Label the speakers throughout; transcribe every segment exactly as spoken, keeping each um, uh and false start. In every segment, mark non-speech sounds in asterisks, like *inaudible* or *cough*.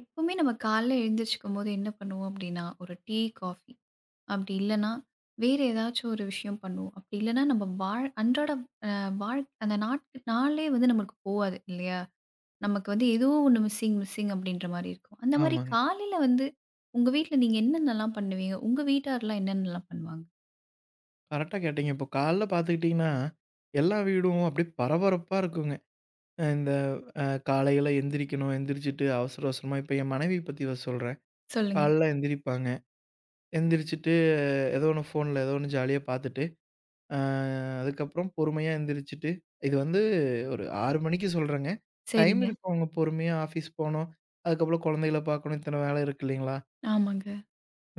Speaker 1: எப்பவுமே நம்ம காலைல எழுந்திரிச்சுக்கும்போது என்ன பண்ணுவோம் அப்படின்னா, ஒரு டீ, காஃபி அப்படி இல்லன்னா, வேற ஏதாச்சும் ஒரு விஷயம் பண்ணுவோம். அப்படி இல்லன்னா நம்ம வாழ் அன்றாட அ வாழ் அந்த நாட் நாளே வந்து நம்மளுக்கு போவாது இல்லையா? நமக்கு வந்து ஏதோ ஒண்ணு மிஸ்ஸிங், மிஸ்ஸிங் அப்படின்ற மாரி இருக்கும். அந்த மாரி
Speaker 2: ஆமாங்க.
Speaker 1: காலையில வந்து உங்க வீட்ல நீங்க என்னென்னலாம் பண்ணுவீங்க? உங்க வீட்டார்லாம் என்னென்னலாம் பண்ணுவாங்க?
Speaker 2: கரெக்ட்டா கேட்டீங்க. இப்போ காலைல பார்த்துக்கிட்டீங்கன்னா, எல்லா வீடும் அப்படியே பரபரப்பா இருக்குங்க. அ இந்த அ காலையில எந்திரிக்கணும். எந்திரிச்சுட்டு அவசர அவசரமா இப்போ என் மனைவி பத்தி வ சொல்றேன்.
Speaker 1: சொல்லுங்க.
Speaker 2: காலைல எந்திரிப்பாங்க. எந்திரிச்சுட்டு ஏதோ ஒண்ணு ஃபோன்ல ஏதோ ஒண்ணு ஜாலியா பார்த்துட்டு, அ அதுக்கப்புறம் பொறுமையா எந்திரிச்சுட்டு இது வந்து ஒரு ஆறு மணிக்கு சொல்றேங்க. டைம்
Speaker 1: சரிங்க.
Speaker 2: இருக்கு அவங்க பொறுமையா ஆஃபீஸ் போணும். அதுக்கப்புறம் குழந்தைகள பார்க்கணும். இத்தன வேலை இருக்கு இல்லைங்களா?
Speaker 1: ஆமாங்க.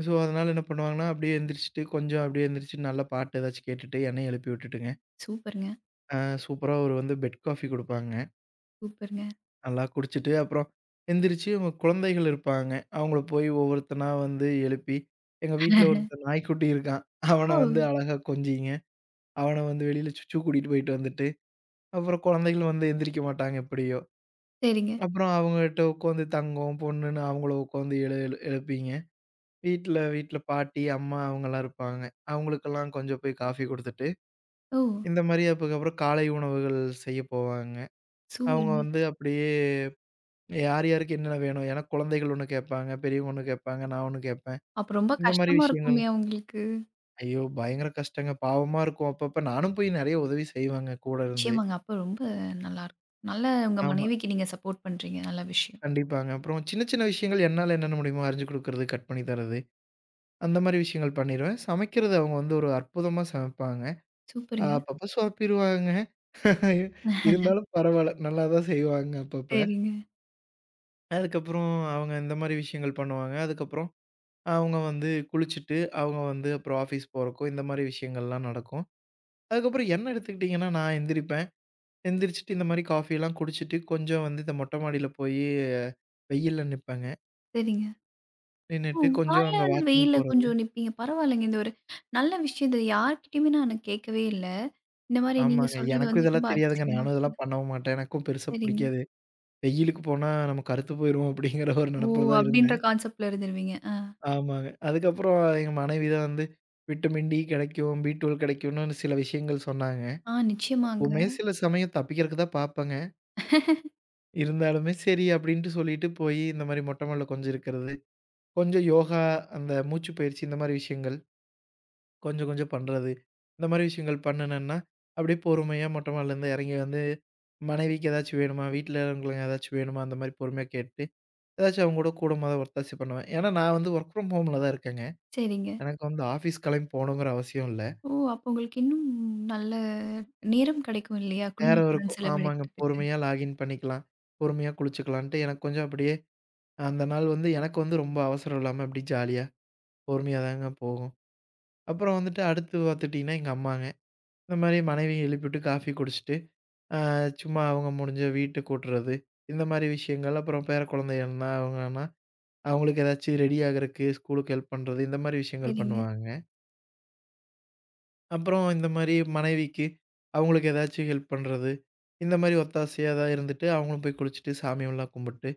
Speaker 2: ஸோ அதனால என்ன பண்ணுவாங்கன்னா, அப்படியே எந்திரிச்சுட்டு கொஞ்சம் அப்படியே எந்திரிச்சுட்டு நல்ல பாட்டு ஏதாச்சும் கேட்டுட்டு என்னைய எழுப்பி விட்டுட்டுங்க.
Speaker 1: சூப்பருங்க,
Speaker 2: ஆ. சூப்பரா ஒரு வந்து பெட் காஃபி குடுப்பாங்க.
Speaker 1: சூப்பருங்க.
Speaker 2: நல்லா குடிச்சிட்டு, அப்புறம் எந்திரிச்சு அவங்க குழந்தைகள் இருப்பாங்க. அவங்கள போய் ஒவ்வொருத்தனா வந்து எழுப்பி, எங்க வீட்ல ஒருத்தன் நாய்க்குட்டி இருக்கான்.
Speaker 1: ஓ!
Speaker 2: அவன வந்து அழகா கொஞ்சிங்க. அவன வந்து வெளியில சுச்சு கூட்டிட்டு போயிட்டு வந்துட்டு, அப்புறம் குழந்தைகள் வந்து எந்திரிக்க மாட்டாங்க எப்படியோ.
Speaker 1: சரிங்க.
Speaker 2: அப்புறம் அவங்ககிட்ட உட்காந்து தங்கம், பொண்ணுன்னு அவங்கள உட்காந்து எழு எழு எழுப்பிங்க. வீட்ல வீட்ல பாட்டி, அம்மா அவங்கலாம் இருப்பாங்க. அவங்களுக்கெல்லாம் கொஞ்சம் போய் காஃபி குடுத்துட்டு,
Speaker 1: ஓ!
Speaker 2: இந்த மாரி அதுக்கப்புறம் காலை உணவுகள் செய்ய போவாங்க. அவங்க
Speaker 1: சூப்பருங்க.
Speaker 2: வந்து அப்படியே யார் யாருக்கு என்னென்ன வேணும்? ஏன்னா குழந்தைகள் ஒண்ணு கேட்பாங்க, பெரியவங்க ஒண்ணு கேட்பாங்க, நான் ஒண்ணு கேட்பேன்.
Speaker 1: அப்ப ரொம்ப
Speaker 2: இந்த மாரி
Speaker 1: கஷ்டமா
Speaker 2: விஷயங்கள்.
Speaker 1: இருக்குமே அவங்களுக்கு?
Speaker 2: ஐயோ! பயங்கர கஷ்டங்க. பாவமா இருக்கும். அப்பப்ப நானும் போய் நெறைய உதவி செய்வேங்க கூட இருந்து.
Speaker 1: நிச்சயமாங்க. அப்ப ரொம்ப நல்லாருக்கும். நல்ல உங்க
Speaker 2: ஆமா.
Speaker 1: மனைவிக்கு நீங்க சப்போர்ட் பண்றீங்க. நல்ல விஷயம்.
Speaker 2: கண்டிப்பாங்க. அப்புறம் சின்ன சின்ன விஷயங்கள் என்னால என்னென்ன முடியுமோ அரிஞ்சு குடுக்குறது, கட் பண்ணி தர்றது, அந்த மாரி விஷயங்கள் பண்ணிருவேன். சமைக்கிறது அவங்க வந்து ஒரு அற்புதமா சமைப்பாங்க.
Speaker 1: சூப்பருங்க.
Speaker 2: ஆஹ் அப்பப்ப சொதப்பிருவாங்க. இருந்தாலும் பரவால்ல. நல்லா தான் செய்வாங்க அப்பப்ப.
Speaker 1: சரிங்க.
Speaker 2: அதுக்கப்புறம் அவங்க இந்த மாரி விஷயங்கள் பண்ணுவாங்க. அதுக்கப்புறம் அவங்க வந்து குளிச்சுட்டு, அவங்க வந்து அப்புறம் ஆஃபீஸ் போறதுக்கும், இந்த மாரி விஷயங்கள்லாம் நடக்கும். அதுக்கப்புறம் என்ன எடுத்துக்கிட்டீங்கன்னா, நான் எந்திரிப்பேன். எந்திரிச்சுட்டு இந்த மாரி காஃபியெல்லாம் குடிச்சிட்டு, கொஞ்சம் வந்து இந்த மொட்டை மாடியில போயி வெயில்ல நிப்பேங்க.
Speaker 1: சரிங்க. ஓ!
Speaker 2: நின்னுட்டு கொஞ்சம்
Speaker 1: காலைல
Speaker 2: அங்க
Speaker 1: வந்து
Speaker 2: வாக்கிங்
Speaker 1: வெயில்ல
Speaker 2: போறது.
Speaker 1: கொஞ்சம் நிப்பீங்க. பரவாயில்லங்க. இந்த ஒரு நல்ல விஷயம். இத யார்கிட்டயுமே நானு கேட்கவே இல்ல. இந்த மாரி நீங்க
Speaker 2: ஆமாங்க.
Speaker 1: சொல்றது
Speaker 2: எனக்கும்
Speaker 1: வந்து ரொம்ப
Speaker 2: இதெல்லாம் தெரியாதுங்க.
Speaker 1: அதிசயமா
Speaker 2: நானும்
Speaker 1: இருக்கு.
Speaker 2: இதெல்லாம் பண்ணவும் மாட்டேன். எனக்கும் பெருசா
Speaker 1: சரிங்க.
Speaker 2: புடிக்காது. வெயிலுக்கு போனா நம்ம கருத்து போயிருவோம் அப்படிங்கிற ஒரு
Speaker 1: ஓ!
Speaker 2: நெனப்புல தான்
Speaker 1: அப்படின்ற
Speaker 2: இருந்தேன்.
Speaker 1: கான்செப்ட்ல இருந்துருவீங்க. ஆ.
Speaker 2: ஆமாங்க. அதுக்கப்புறம் எங்க மனைவி தான் வந்து விட்டமின் டி கெடைக்கும், பி ட்வெல்வ கெடைக்கும்னு சில விஷயங்கள் சொன்னாங்க.
Speaker 1: ஆ நிச்சயமாங்க.
Speaker 2: எப்பவுமே சில சமயம் தப்பிக்கிறதுக்கு தான் பாப்பேங்க. இருந்தாலுமே சரி அப்டின்ட்டு சொல்லிட்டு போயி, இந்த மாரி மொட்ட மாடில கொஞ்சம் இருக்கிறது. கொஞ்சம் யோகா, அந்த மூச்சு பயிற்சி இந்த மாரி விஷயங்கள், கொஞ்சம் கொஞ்சம் பண்றது. இந்த மாரி விஷயங்கள் பண்ணுனேன்னா, அப்டியே பொறுமையா மொட்ட மாடிலருந்து எறங்கி வந்து, மனைவிக்கு ஏதாச்சும் வேணுமா? வீட்ல இருக்கிறவங்களுக்கு ஏதாச்சும் வேணுமா? அந்த மாரி பொறுமையா கேட்டு, ஏதாச்சும் அவங்க கூட கூடமாத ஒத்தாசை பண்ணுவேன். ஏன்னா நான் வந்து ஒர்க் ஃப்ரம் ஹோம்ல தான் இருக்கேங்க.
Speaker 1: சரிங்க.
Speaker 2: எனக்கு வந்து ஆஃபீஸ் கெளம்பி போணுங்கிற அவசியம் இல்ல.
Speaker 1: ஓ! அப்போ உங்களுக்கு இன்னும் நல்ல நேரம் கிடைக்கும் இல்லையா?
Speaker 2: நேரம்
Speaker 1: குடும்பத்துடன்
Speaker 2: இருக்கும். ஆமாங்க.
Speaker 1: செலவழிக்கிறதுக்கு.
Speaker 2: பொறுமையா லாகின் பண்ணிக்கலாம். பொறுமையா குளிச்சுக்கலான்ட்டு எனக்கு கொஞ்சம் அப்டியே அந்த நாள் வந்து எனக்கு வந்து ரொம்ப அவசரம் இல்லாம அப்டி ஜாலியா பொறுமையா தாங்க போகும். அப்புறம் வந்துட்டு அடுத்து பார்த்துட்டீங்கன்னா, எங்க அம்மாங்க. இந்த மாரி மனைவிய எழுப்பிவிட்டு காஃபி குடிச்சிட்டு, அ சும்மா அவங்க முடிஞ்ச வீட்ட கூட்டுறது, இந்த மாரி விஷயங்கள். அப்புறம் பேர குழந்தைகள்னா அவங்கன்னா, அவங்களுக்கு ஏதாச்சும் ரெடி ஆகுறக்கு ஸ்கூலுக்கு ஹெல்ப் பண்றது, இந்த மாரி விஷயங்கள்
Speaker 1: சரிங்க.
Speaker 2: பண்ணுவாங்க. அப்புறம் இந்த மாரி மனைவிக்கு அவங்களுக்கு ஏதாச்சும் ஹெல்ப் பண்றது, இந்த மாரி ஒத்தாசையா தான் இருந்துட்டு, அவங்களும் போய் குளிச்சுட்டு சாமியெல்லாம் கும்பிட்டு,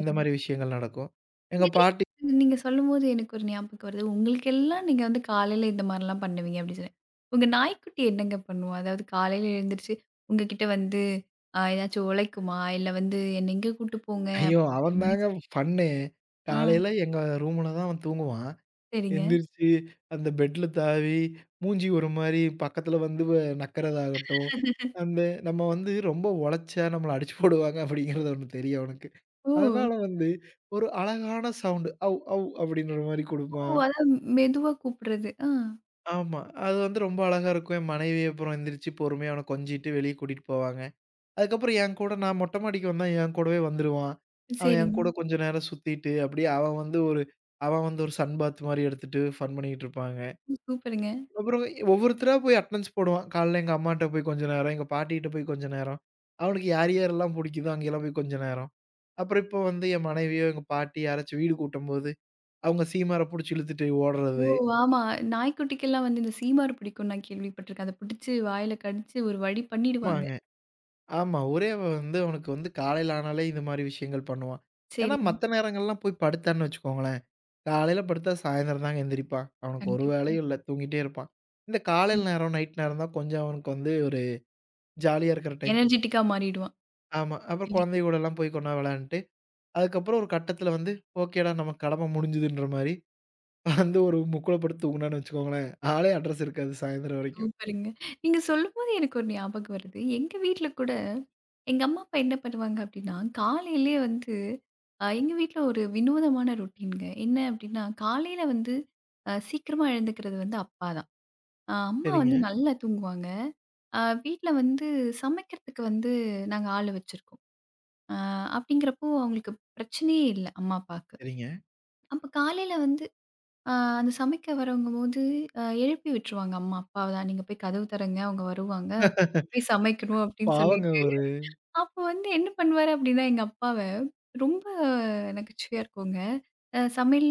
Speaker 2: இந்த மாரி விஷயங்கள் நடக்கும். எங்க
Speaker 1: உங்க
Speaker 2: பாட்டி
Speaker 1: வீட்ல நீங்க சொல்லும்போது எனக்கு ஒரு ஞாபகம் வருது. உங்களுக்கெல்லாம் நீங்க வந்து காலையில இந்த மாரிலாம் பண்ணுவீங்க அப்டின்னு சொல்லி. உங்க நாய்க்குட்டி என்னங்க பண்ணும்? அதாவது காலையில எழுந்திரிச்சு உங்ககிட்ட வந்து அ ஏதாச்சும் உழைக்குமா? இல்ல வந்து என்ன எங்க கூட்டு போங்க
Speaker 2: ஐயோ!
Speaker 1: அப்படின்னு அந்த
Speaker 2: அவன்
Speaker 1: மாரி
Speaker 2: தாங்க
Speaker 1: சொல்
Speaker 2: ஃபன்னு.
Speaker 1: ஆ
Speaker 2: காலையில எங்க ரூம்ல தான் அவன் தூங்குவான்.
Speaker 1: சரிங்க.
Speaker 2: எந்திரிச்சு அந்த பெட்ல தாவி, மூஞ்சி ஒரு மாரி பக்கத்துல வந்து வ நக்கறதாகட்டும், அந்த நம்ம வந்து ரொம்ப உழைச்சா நம்மள அடிச்சு போடுவாங்க அப்படிங்கிறது ஒண்ணு தெரியும் அவனுக்கு.
Speaker 1: ஓ!
Speaker 2: அதனால வந்து ஒரு அழகான சவுண்ட் "அவ் அவ்" அப்படின்ற மாரி
Speaker 1: ஓ!
Speaker 2: குடுப்பான்.
Speaker 1: அதான் மெதுவா கூப்பிடுறது. ஆ
Speaker 2: ஆமா. அது வந்து ரொம்ப அழகா இருக்கும். என் மனைவி அப்புறம் எந்திரிச்சு பொறுமையா அவன கொஞ்சிட்டு வெளிய கூட்டிட்டு போவாங்க. அதுக்கப்புறம் என் கூட நான் மொட்டை மாடிக்கு வந்தா என் கூடவே வந்துருவான். அவன் என்
Speaker 1: சரிங்க.
Speaker 2: கூட கொஞ்ச நேரம் சுத்திட்டு, அப்படியே அவன் வந்து ஒரு அவன் வந்து ஒரு சன் பாத் மாரி எடுத்துட்டு ஃபன் பண்ணிட்டு இருப்பாங்க.
Speaker 1: ம் சூப்பருங்க.
Speaker 2: அப்புறம் ஒவ்வொருத்தரா போய் அட்டெண்டன்ஸ் போடுவான். காலைல எங்க அம்மாட்ட போய் கொஞ்ச நேரம், எங்க பாட்டிகிட்ட போய் கொஞ்ச நேரம். அவனுக்கு யார் யாரெல்லாம் புடிக்குதோ அங்கேயெல்லாம் போய் கொஞ்ச நேரம். அப்புறம் இப்போ வந்து என் மனைவியோ, எங்க பாட்டி யாராச்சும் வீடு கூட்டும்போது, அவங்க சீமார புடிச்சு இழுத்துட்டு
Speaker 1: ஓ!
Speaker 2: ஓடுறது.
Speaker 1: ஆமா. நாய்க்குட்டிக்கெல்லாம் வந்து இந்த சீமார் பிடிக்கும்னு நான் கேள்விப்பட்டுருக்கேன். அத பிடிச்சு வாயில கடிச்சு ஒரு வழி பண்ணிடுவாங்க.
Speaker 2: ஆமாங்க. ஆமா. ஒரே அவன் வந்து அவனுக்கு வந்து காலையில ஆனாலே இந்த மாரி விஷயங்கள் பண்ணுவான். ஏன்னா
Speaker 1: சரிங்க.
Speaker 2: மத்த நேரங்கள்லாம் போய் படுத்தான்னு வச்சுக்கோங்களேன், காலையில படுத்தா சாயந்தரம் தாங்க எந்திரிப்பான். அவனுக்கு ஒரு
Speaker 1: கண்டிப்பா.
Speaker 2: வேலையும் இல்ல. தூங்கிட்டே இருப்பான். இந்த
Speaker 1: ம்.
Speaker 2: காலையில நேரம், நைட் நேரம் தான் கொஞ்சம் அவனுக்கு வந்து ஒரு ஜாலியா இருக்கிற டைம்.
Speaker 1: எனர்ஜெட்டிக்கா மாறிடுவான்.
Speaker 2: ஆமா. அப்புறம்
Speaker 1: இல்லைங்களா?
Speaker 2: குழந்தைய கூடலாம் போய் கொஞ்ச நேரம் விளையாண்டுட்டு அதுக்கப்புறம் ஒரு கட்டத்தில வந்து, ஓகேடா நம்ம கடமை முடிஞ்சுதுன்ற மாரி வந்து ஒரு முக்குல போட்டு தூங்குனான்னு வச்சுக்கோங்களேன். ஆளே அட்ரஸ் இருக்காது சாயந்தரம் வரைக்கும்.
Speaker 1: சூப்பருங்க. நீங்க சொல்லும்போது எனக்கு ஒரு ஞாபகம் வருது. எங்க வீட்ல கூட எங்க அம்மா, அப்பா என்ன பண்ணுவாங்க அப்டின்னா, காலையிலயே வந்து அ எங்க வீட்ல ஒரு வினோதமான ரொட்டீன்ங்க. என்ன அப்டின்னா, காலையில வந்து அ சீக்கிரமா எழுந்துக்கிறது வந்து அப்பா தான். அ அம்மா
Speaker 2: சரிங்க,
Speaker 1: வந்து நல்லா தூங்குவாங்க. அ வீட்ல வந்து சமைக்கிறதுக்கு வந்து நாங்க ஆளு வச்சிருக்கோம். அ அப்டிங்கிறப்போ அவங்களுக்கு பிரச்சனையே இல்ல அம்மா, அப்பாக்கு.
Speaker 2: சரிங்க.
Speaker 1: அப்ப காலையில வந்து அ அந்த சமைக்க வரவங்கபோது அ எழுப்பி விட்டுருவாங்க அம்மா, அப்பாவ தான். "நீங்க போய் கதவு திறங்க அவங்க வருவாங்க." போய் சமைக்கணும் அப்படின்னு
Speaker 2: பாவங்க
Speaker 1: சொல்லிட்டு,
Speaker 2: அவரு.
Speaker 1: அப்போ வந்து என்ன பண்ணுவாரு அப்படின்னா, எங்க அப்பாவ ரொம்ப நகைச்சுவையா இருக்குங்க. அ சமையல்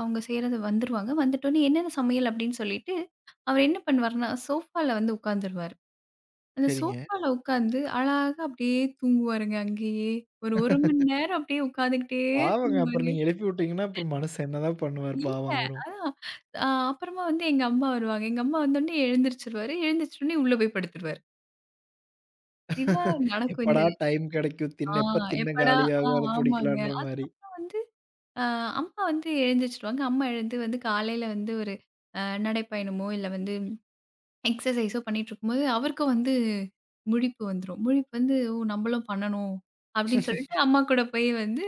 Speaker 1: அவங்க செய்றது வந்துருவாங்க. வந்துட்டோனே என்னென்ன சமையல் அப்படின்னு சொல்லிட்டு, அவர் என்ன பண்ணுவாருன்னா, சோஃபால வந்து உட்காந்துருவாரு. அந்த
Speaker 2: சரிங்க.
Speaker 1: சோஃபால உட்காந்து அழகா அப்படியே தூங்குவாருங்க அங்கேயே. ஒரு 1 மணி நேரம் அப்படியே உட்காந்துக்கிட்டே
Speaker 2: பாவங்க அப்புறம்
Speaker 1: தூங்குவாரு.
Speaker 2: நீங்க எழுப்பி விட்டீங்கன்னா, அப்புறம் மனசு என்னதான் பண்ணுவார்
Speaker 1: இல்ல
Speaker 2: பாவம் அவரும்.
Speaker 1: அதான் அ அப்புறமா வந்து எங்க அம்மா வருவாங்க. எங்க அம்மா வந்தோனே எழுந்திரிச்சுருவாரு. எழுந்திரிச்சோனே உள்ள போய் படுத்துருவாரு. இதான் நடக்கும்.
Speaker 2: எப்படா டைம் கிடைக்கும்?
Speaker 1: ஆ
Speaker 2: திண்ண எப்ப திண்ண
Speaker 1: எப்படா ஆ
Speaker 2: காலியாகும்? அத
Speaker 1: ஆமாங்க.
Speaker 2: புடிக்கலான்ற மாரி.
Speaker 1: அப்பா வந்து அ அம்மா வந்து எழுந்திரிச்சுருவாங்க. அம்மா எழுந்து வந்து காலையில வந்து ஒரு அ நடைப்பயணமோ, இல்ல வந்து எக்ஸர்சைஸோ பண்ணிட்டுருக்கும்போது, அவருக்கும் வந்து முழிப்பு வந்துரும். முழிப்பு வந்து "ஓ! நம்மளும் பண்ணணும்." அப்படின்னு சொல்லிட்டு அம்மா கூட போய் வந்து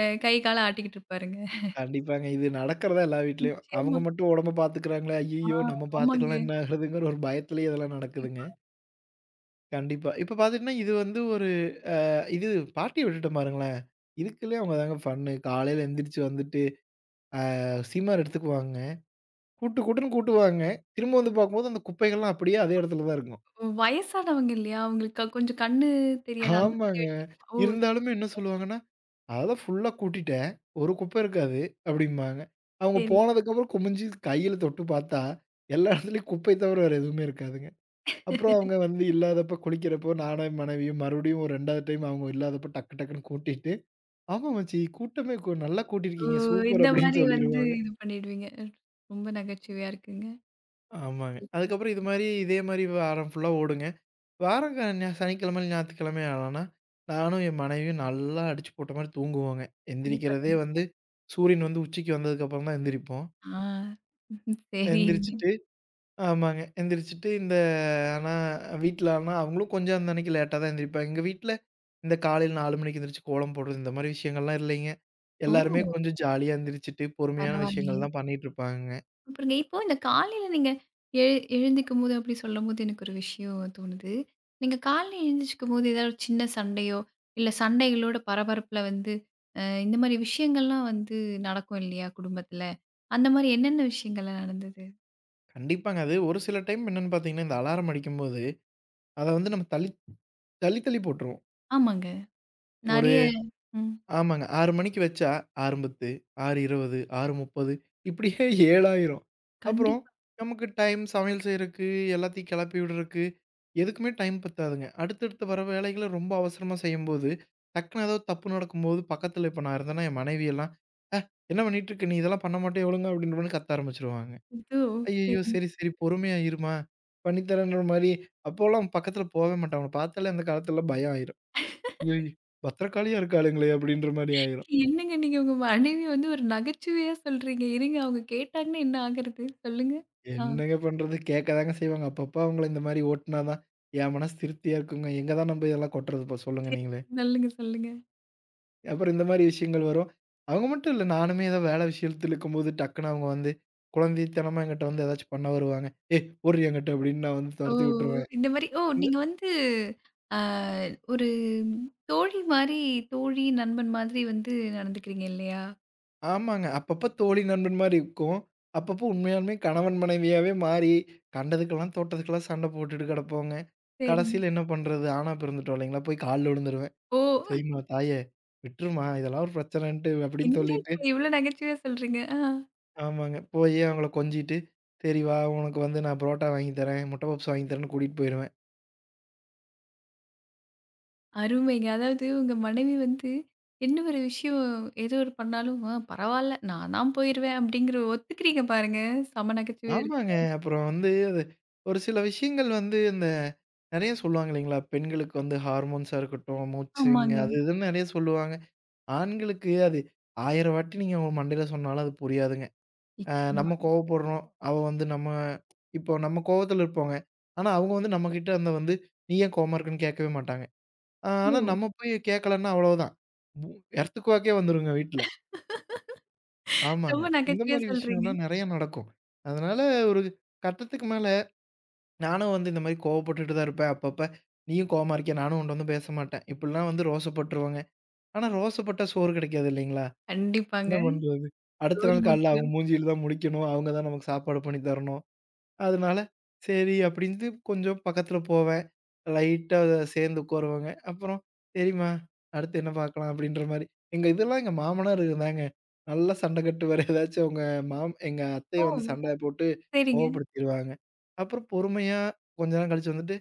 Speaker 1: அ கை கால ஆட்டிக்கிட்டு இருப்பாருங்க.
Speaker 2: கண்டிப்பாங்க. இது நடக்கிறதான் எல்லா வீட்லயும். அவங்க
Speaker 1: நிச்சயமா.
Speaker 2: மட்டும் உடம்ப பார்த்துக்கிறாங்களே!
Speaker 1: ஆ
Speaker 2: ஐய்யயோ! நம்ம பார்த்துக்கலன்னா
Speaker 1: ஆமாங்க.
Speaker 2: என்ன ஆகுறதுங்கிற ஒரு பயத்திலேயே இதெல்லாம் நடக்குதுங்க. கண்டிப்பா. இப்ப பார்த்துட்டீங்கன்னா, இது வந்து இது பார்ட்டிய விட்டுட்டோம் பாருங்களேன். இதுக்குள்ளயே அவங்க தாங்க ஃபன்னு. காலையில எந்திரிச்சு வந்துட்டு, அ சீமார் எடுத்துக்குவாங்க. கூட்டு கூட்டுன்னு கூட்டுவாங்க. திரும்ப வந்து பார்க்கும்போது அந்த குப்பைகள்லாம் அப்படியே அதே இடத்துல தான் இருக்கும்.
Speaker 1: இப்ப வயசானவங்க இல்லையா? அவங்களுக்கு க- கொஞ்சம் கண்ணு தெரியாது. அந்த மாரி
Speaker 2: ஆமாங்க.
Speaker 1: விஷயம். ஓ! சரி,
Speaker 2: இருந்தாலுமே என்ன சொல்லுவாங்கன்னா, "அதெல்லாம் ஃபுல்லா கூட்டிட்டேன். ஒரு குப்பை இருக்காது" அப்படிம்பாங்க. அவங்க
Speaker 1: சரி.
Speaker 2: போனதுக்கப்புறம் குமிஞ்சு கையில தொட்டு பார்த்தா, எல்லா இடத்துலயும் குப்பை தவிர வேற எதுவுமே இருக்காதுங்க. அப்புறம் அவங்க வந்து இல்லாதப்ப குளிக்கிறப்போ நானும் என் மனைவியும் மறுபடியும் ஒரு இரண்டாவது டைம் அவங்க இல்லாதப்ப டக்கு டக்குன்னு கூட்டிட்டு ஆமா மச்சி. கூட்டமே கூ நல்லா
Speaker 1: ஓ!
Speaker 2: கூட்டியிருக்கீங்க. சூப்பர்
Speaker 1: இந்த
Speaker 2: அப்படின்னு
Speaker 1: மாரி வந்து
Speaker 2: சொல்லிருவாங்க.
Speaker 1: இது பண்ணிடுவீங்க. ரொம்ப நகைச்சுவையா இருக்குங்க.
Speaker 2: ஆமாங்க.
Speaker 1: சூப்பர்,
Speaker 2: அதுக்கப்புறம் இது மாரி இதே மாரி வாரம் ஃபுல்லா ஓடுங்க. வாரம் க ஞா சனிக்கிழமை, ஞாயித்துக்கிழமை ஆனோன்னா, நானும் என் மனைவியும் நல்லா அடிச்சு போட்ட மாரி தூங்குவோங்க. எந்திரிக்கிறதே
Speaker 1: சூப்பருங்க.
Speaker 2: வந்து சூரியன் வந்து உச்சிக்கு வந்ததுக்கப்புறம் தான் எந்திரிப்போம்.
Speaker 1: ஆ சரிங்க.
Speaker 2: எந்திரிச்சுட்டு ஆமாங்க. எந்திரிச்சுட்டு இந்த ஆனா வீட்ல ஆனா அவங்களும் கொஞ்சம் அந்த அன்னைக்கு லேட்டா தான் எந்திரிப்பாங்க. எங்க வீட்ல இந்த காலையில நாலு மணிக்கு எந்திரிச்சு கோலம் போடுறது இந்த மாரி விஷயங்கள்லாம் இல்லைங்க. எல்லாருமே
Speaker 1: ஓ!
Speaker 2: கொஞ்சம் ஜாலியா எந்திரிச்சுட்டு பொறுமையான
Speaker 1: பரவாயில்லையே.
Speaker 2: விஷயங்கள் தான் பண்ணிட்டு இருப்பாங்க.
Speaker 1: சூப்பருங்க. இப்போ இந்த காலையில நீங்க எழு எழுந்திக்கும்போது அப்படி சொல்லும்போது எனக்கு ஒரு விஷயம் தோணுது. நீங்க காலையில எழுந்திரிச்சுக்கும்போது ஏதாவது ஒரு சின்ன சண்டையோ, இல்ல சண்டைகளோட பரபரப்புல வந்து அ இந்த மாரி விஷயங்கள்லாம் வந்து நடக்கும் இல்லையா குடும்பத்துல? அந்த மாரி என்னென்ன விஷயங்கள்லாம் நடந்தது?
Speaker 2: கண்டிப்பாங்க. அது ஒரு சில டைம் என்னன்னு பார்த்தீங்கன்னா, இந்த அலாரம் அடிக்கும்போது, அத வந்து நம்ம தள்ளி தள்ளி தள்ளி போட்டுருவோம்.
Speaker 1: ஆமாங்க.
Speaker 2: ஒரு
Speaker 1: நெறைய ம்.
Speaker 2: ஆமாங்க. ஆறு மணிக்கு வச்சா ஆறு பத்து, ஆறு இருபது, ஆறு முப்பது இப்படியே *laughs* ஏழு ஆயிரும். அப்புறம்
Speaker 1: கண்டிப்பா.
Speaker 2: நமக்கு டைம் சமையல் செய்றதுக்கு, எல்லாத்தையும் கிளப்பி விடுறக்கு, எதுக்குமே டைம் பத்தாதுங்க. அடுத்தடுத்து வர வேலைகள ரொம்ப அவசரமா செய்யும்போது, டக்குனு ஏதாவது தப்பு நடக்கும்போது, பக்கத்தில இப்போ நான் இருந்தேன்னா, என் மனைவி எல்லாம், "என்ன பண்ணிட்டு இருக்க? நீ இதெல்லாம் பண்ண மாட்டியா ஒழுங்கா?" அப்படின்ற மாரி கத்த ஆரம்பிச்சுருவாங்க.
Speaker 1: ஐயோ! சரி.
Speaker 2: ஐயய்யோ! சரி, சரி. பொறுமையா இரும்மா. பண்ணி தரேன்ற மாரி, அப்போலாம் பக்கத்துல போவே மாட்டேன். அவன பார்த்தாலே அந்த காலத்துலலாம் பயம் ஆயிரும். ஐயோ! பத்திரகாளியா இருக்காளுங்களே! அப்படின்ற மாரி ஆயிரும்.
Speaker 1: என்னங்க நீங்க உங்க மனைவிய வந்து ஒரு நகைச்சுவையா சொல்றீங்க. இருங்க அவங்க கேட்டாங்கன்னா என்ன ஆகுறது? சொல்லுங்க. ஆ.
Speaker 2: என்னங்க பண்றது? கேட்க தாங்க செய்வாங்க. அப்பப்ப அவங்கள இந்த மாரி ஓட்டுனா தான், என் மனசு திருப்தியா இருக்குங்க. எங்க தான் நம்ப இதெல்லாம் கொட்டுறது இப்போ சொல்லுங்க
Speaker 1: சரி.
Speaker 2: நீங்களே!
Speaker 1: சொல்லுங்க, சொல்லுங்க.
Speaker 2: அப்புறம் இந்த மாரி விஷயங்கள் வரும். அவங்க மட்டும் இல்ல. நானுமே ஏதோ வேலை விஷயத்துல இருக்கும்போது, டக்குனு அவங்க வந்து குழந்தைத்தனமா என்கிட்ட வந்து ஏதாச்சும் பண்ண வருவாங்க. "ஏய்! போடுறி என்கிட்ட" அப்படின்னு நான் வந்து
Speaker 1: ஓ!
Speaker 2: தொரத்தி விட்டுருவேன்.
Speaker 1: இந்த மாரி ஓ! நீங்க வந்து ஆ ஒரு தோழி மாரி, தோழி, நண்பன் மாதிரி வந்து நடந்துக்கிறீங்க இல்லையா?
Speaker 2: ஆமாங்க. அப்பப்ப தோழி, நண்பன் மாரி இருக்கும். அப்பப்போ உண்மையாலுமே கணவன் மனைவியாவே மாறி, கண்டதுக்கெல்லாம், தோட்டத்துக்கெல்லாம் சண்டை போட்டுட்டு கெடப்போங்க.
Speaker 1: சரிங்க.
Speaker 2: கடைசில என்ன பண்றது? ஆணா பிறந்துட்டோம் இல்லைங்களா? போய் கால்ல விழுந்துருவேன்.
Speaker 1: ஓ!
Speaker 2: "சரிம்மா, தாயே விட்டுரும்மா, இதெல்லாம் ஒரு பிரச்சனைன்ட்டு" அப்படின்னு
Speaker 1: என்னங்க
Speaker 2: சொல்லிட்டு
Speaker 1: இவ்ளோ நகைச்சுவையா சொல்றீங்க. ஆ.
Speaker 2: ஆமாங்க. போயி அவங்கள கொஞ்சிட்டு, "சரி வா, உனக்கு வந்து நான் புரோட்டா வாங்கி தரேன், முட்டை பப்ஸ் வாங்கி தரேன்னு" கூட்டிட்டு போயிருவேன்.
Speaker 1: அருமைங்க. அதாவது உங்க மனைவி வந்து என்ன ஒரு விஷயம் ஏதோ ஒரு பண்ணாலும், "ஆ பரவால்ல நான் தான் போயிருவேன்" அப்படிங்கிற ஒத்துக்கிறீங்க பாருங்க. செம நகைச்சுவையா
Speaker 2: ஆமாங்க.
Speaker 1: இருக்குங்க.
Speaker 2: அப்புறம் வந்து அது ஒரு சில விஷயங்கள் வந்து இந்த நெறைய சொல்லுவாங்க இல்லைங்களா? பெண்களுக்கு வந்து ஹார்மோன்ஸா இருக்கட்டும், மூச்சுங்க
Speaker 1: ஆமாங்க.
Speaker 2: அது இதுன்னு நெறைய சொல்லுவாங்க. ஆண்களுக்கு அது ஆயிரம் வாட்டி நீங்க அவங்க மண்டையில சொன்னாலும் அது புரியாதுங்க. அ
Speaker 1: நிச்சயமா.
Speaker 2: நம்ம கோவப்படுறோம். அவ வந்து நம்ம இப்போ நம்ம கோவத்துல இருப்போங்க. ஆனா, அவங்க வந்து நம்மகிட்ட அந்த வந்து "நீ ஏன் கோவமா இருக்குன்னு?" கேட்கவே மாட்டாங்க. அ ஆனா
Speaker 1: ஓ!
Speaker 2: நம்ம போய் கேட்கலன்னா அவ்வளவுதான். பூ எர்த்குவாக்கே வந்துருங்க வீட்ல. ஆமாங்க.
Speaker 1: ரொம்ப
Speaker 2: இந்த
Speaker 1: நகைச்சுவையா
Speaker 2: மாரி
Speaker 1: சொல்றீங்க.
Speaker 2: விஷயம்லாம் நெறைய நடக்கும். அதனால ஒரு கட்டத்துக்கு மேல நானும் வந்து இந்த மாரி கோவப்பட்டுட்டு தான் இருப்பேன். அப்பப்ப "நீயும் கோவமா இருக்கியா?" நானும் உன்ட்ட வந்து பேச மாட்டேன். இப்படிலாம் வந்து ரோசப்பட்டுருவேங்க. ஆனா ரோசப்பட்டா சோறு கிடைக்காது இல்லைங்களா?
Speaker 1: கண்டிப்பாங்க.
Speaker 2: என்ன பண்றது? அடுத்த
Speaker 1: சோறு
Speaker 2: நாள் காலைல அவங்க
Speaker 1: முக்கியம்.
Speaker 2: மூஞ்சியில தான் முழிக்கணும். அவங்க தான் நமக்கு சாப்பாடு பண்ணி தரணும். அதனால சரி அப்படின்ட்டு கொஞ்சம் பக்கத்துல போவேன். லைட்டா சேர்ந்து உட்காருவாங்க. அப்புறம் சரிம்மா அடுத்து என்ன பார்க்கலாம் அப்படின்ற மாரி. எங்க இதெல்லாம் எங்க மாமனார் இருந்தாங்க. நல்லா சண்டை கட்டுவாரு. ஏதாச்சும் அவங்க மாம் எங்க அத்தைய
Speaker 1: ஓ!
Speaker 2: வந்து சண்டை போட்டு
Speaker 1: சரிங்க.
Speaker 2: கோவப்படுத்திருவாங்க. அப்புறம் பொறுமையா கொஞ்ச நேரம் கழிச்சு வந்துட்டு,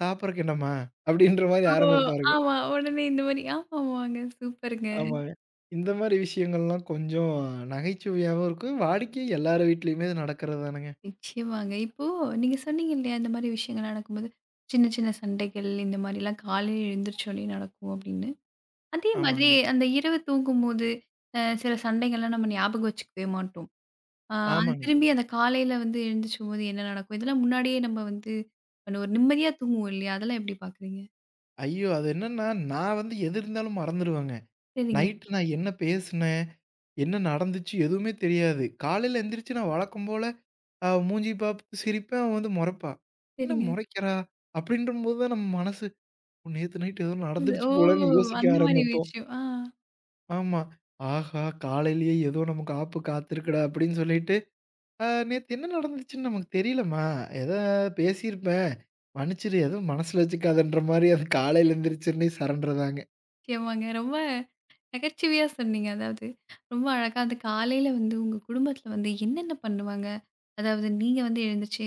Speaker 2: "சாப்பிடறக்கு என்னம்மா?" அப்படின்ற மாரி
Speaker 1: ஓ!
Speaker 2: ஆரம்பிப்பாருங்க.
Speaker 1: ஆமா. உடனே இந்த மாரி ஆமாமாங்க. சூப்பருங்க.
Speaker 2: ஆமாங்க. இந்த மாரி விஷயங்கள்லாம் கொஞ்சம் நகைச்சுவையாவும் இருக்கும். வாடிக்கை எல்லார் வீட்லயுமே இது நடக்கிறது தானங்க.
Speaker 1: நிச்சயமாங்க. இப்போ நீங்க சொன்னீங்க இல்லையா, இந்த மாரி விஷயங்கள் நடக்கும்போது, சின்ன சின்ன சண்டைகள் இந்த மாரிலாம் காலையில எழுந்திரிச்சோனே நடக்கும் அப்படின்னு. அதே மாதிரி
Speaker 2: ஆமாங்க,
Speaker 1: அந்த இரவு தூங்கும்போது, அ சில சண்டைகள்லாம் நம்ம ஞாபகம் வச்சுக்கவே மாட்டோம். அ அது
Speaker 2: ஆமாங்க.
Speaker 1: திரும்பி அந்த காலையில வந்து எழுந்திரிச்சும்போது என்ன நடக்கும்? இதெல்லாம் முன்னாடியே நம்ம வந்து ஒரு நிம்மதியா தூங்குவோம் இல்லையா? அதெல்லாம் எப்படி பார்க்குறீங்க?
Speaker 2: ஐயோ! அது என்னன்னா, நான் வந்து எது இருந்தாலும் மறந்துருவேங்க.
Speaker 1: சரிங்க,
Speaker 2: நைட்டு நான் என்ன பேசுனேன்? என்ன நடந்துச்சு? எதுவுமே தெரியாது. காலையில எந்திரிச்சு நான் வழக்கம் போல அ மூஞ்சிய பார்த்து சிரிப்பேன். அவ வந்து முறைப்பா. "என்ன
Speaker 1: சரிங்க.
Speaker 2: முறைக்கிறா?" அப்படின்றபோது தான் நம்ம மனசு, "நேத்து நைட் ஏதோ
Speaker 1: இது
Speaker 2: நடந்துருச்சு
Speaker 1: ஓ!
Speaker 2: போலன்னு" யோசிக்க
Speaker 1: அந்த மாரி
Speaker 2: ஆரம்பிப்போம்.
Speaker 1: விஷயம். ஆ.
Speaker 2: ஆமா. "ஆஹா! காலையிலேயே ஏதோ நமக்கு ஆப்பு காத்திருக்குடா" அப்படின்னு சொல்லிட்டு ஆ நேத்து என்ன நடந்துச்சுன்னு நமக்கு தெரியலம்மா. ஏதோ பேசியிருப்பேன். மன்னிச்சிரு எதுவும் மனசுல வச்சுக்காதன்ற மாரி அது காலையில எந்திரிச்சோனே சரண்டர் தாங்க.
Speaker 1: நிச்சயமாங்க. ரொம்ப நகைச்சுவையா சொன்னீங்க. அதாவது ரொம்ப அழகா அந்த காலையில வந்து உங்க குடும்பத்தில வந்து என்னென்ன பண்ணுவாங்க? அதாவது நீங்க வந்து எழுந்துச்சு,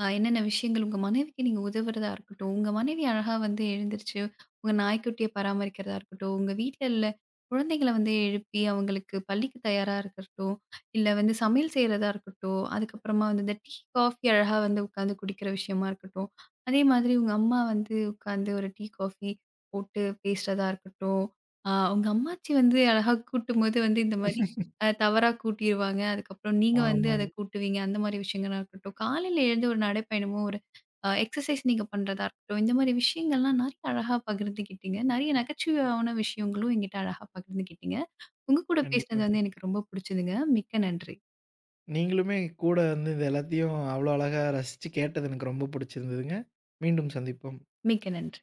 Speaker 1: அ என்னென்ன விஷயங்கள் உங்க மனைவிக்கு நீங்க உதவுறதா இருக்கட்டும், உங்க மனைவி அழகா வந்து எழுந்திரிச்சு, உங்க நாய்க்குட்டிய பராமரிக்கிறதா இருக்கட்டும், உங்க வீட்ல உள்ள குழந்தைங்கள வந்து எழுப்பி அவங்களுக்கு பள்ளிக்கு தயாரா இருக்கட்டும், இல்ல வந்து சமையல் செய்றதா இருக்கட்டும், அதுக்கப்புறமா வந்து இந்த டீ, காஃபி அழகா வந்து உட்காந்து குடிக்கிற விஷயமா இருக்கட்டும், அதே மாதிரி உங்க அம்மா வந்து உட்காந்து ஒரு டீ, காஃபி போட்டு பேசுறதா இருக்கட்டும், ஆ உங்க அம்மாச்சி வந்து அழகா கூட்டும்போது வந்து இந்த மாரி அ தவறா கூட்டிருவாங்க. அதுக்கப்புறம் நீங்க வந்து அத
Speaker 2: ஆமாங்க.
Speaker 1: கூட்டுவீங்க. அந்த மாரி விஷயங்களா இருக்கட்டும். காலையில எழுந்து ஒரு நடைப்பயணமோ, ஒரு அ எக்ஸர்சைஸ் நீங்க பண்றதா இருக்கட்டும். இந்த மாரி விஷயங்கள்லாம் நெறைய அழகா பகிர்ந்துக்கிட்டீங்க. நெறைய நகைச்சுவையான விஷயங்களும் என்கிட்ட அழகா பகிர்ந்துக்கிட்டீங்க. உங்க கூட பேசினது
Speaker 2: கண்டிப்பாங்க.
Speaker 1: வந்து எனக்கு ரொம்ப புடிச்சதுங்க. மிக்க நன்றி.
Speaker 2: நீங்களுமே கூட வந்து இது எல்லாத்தையும் அவ்வளோ அழகா ரசிச்சு கேட்டது எனக்கு ரொம்ப புடிச்சிருந்ததுங்க. மீண்டும் சந்திப்போம்.
Speaker 1: மிக்க நன்றி.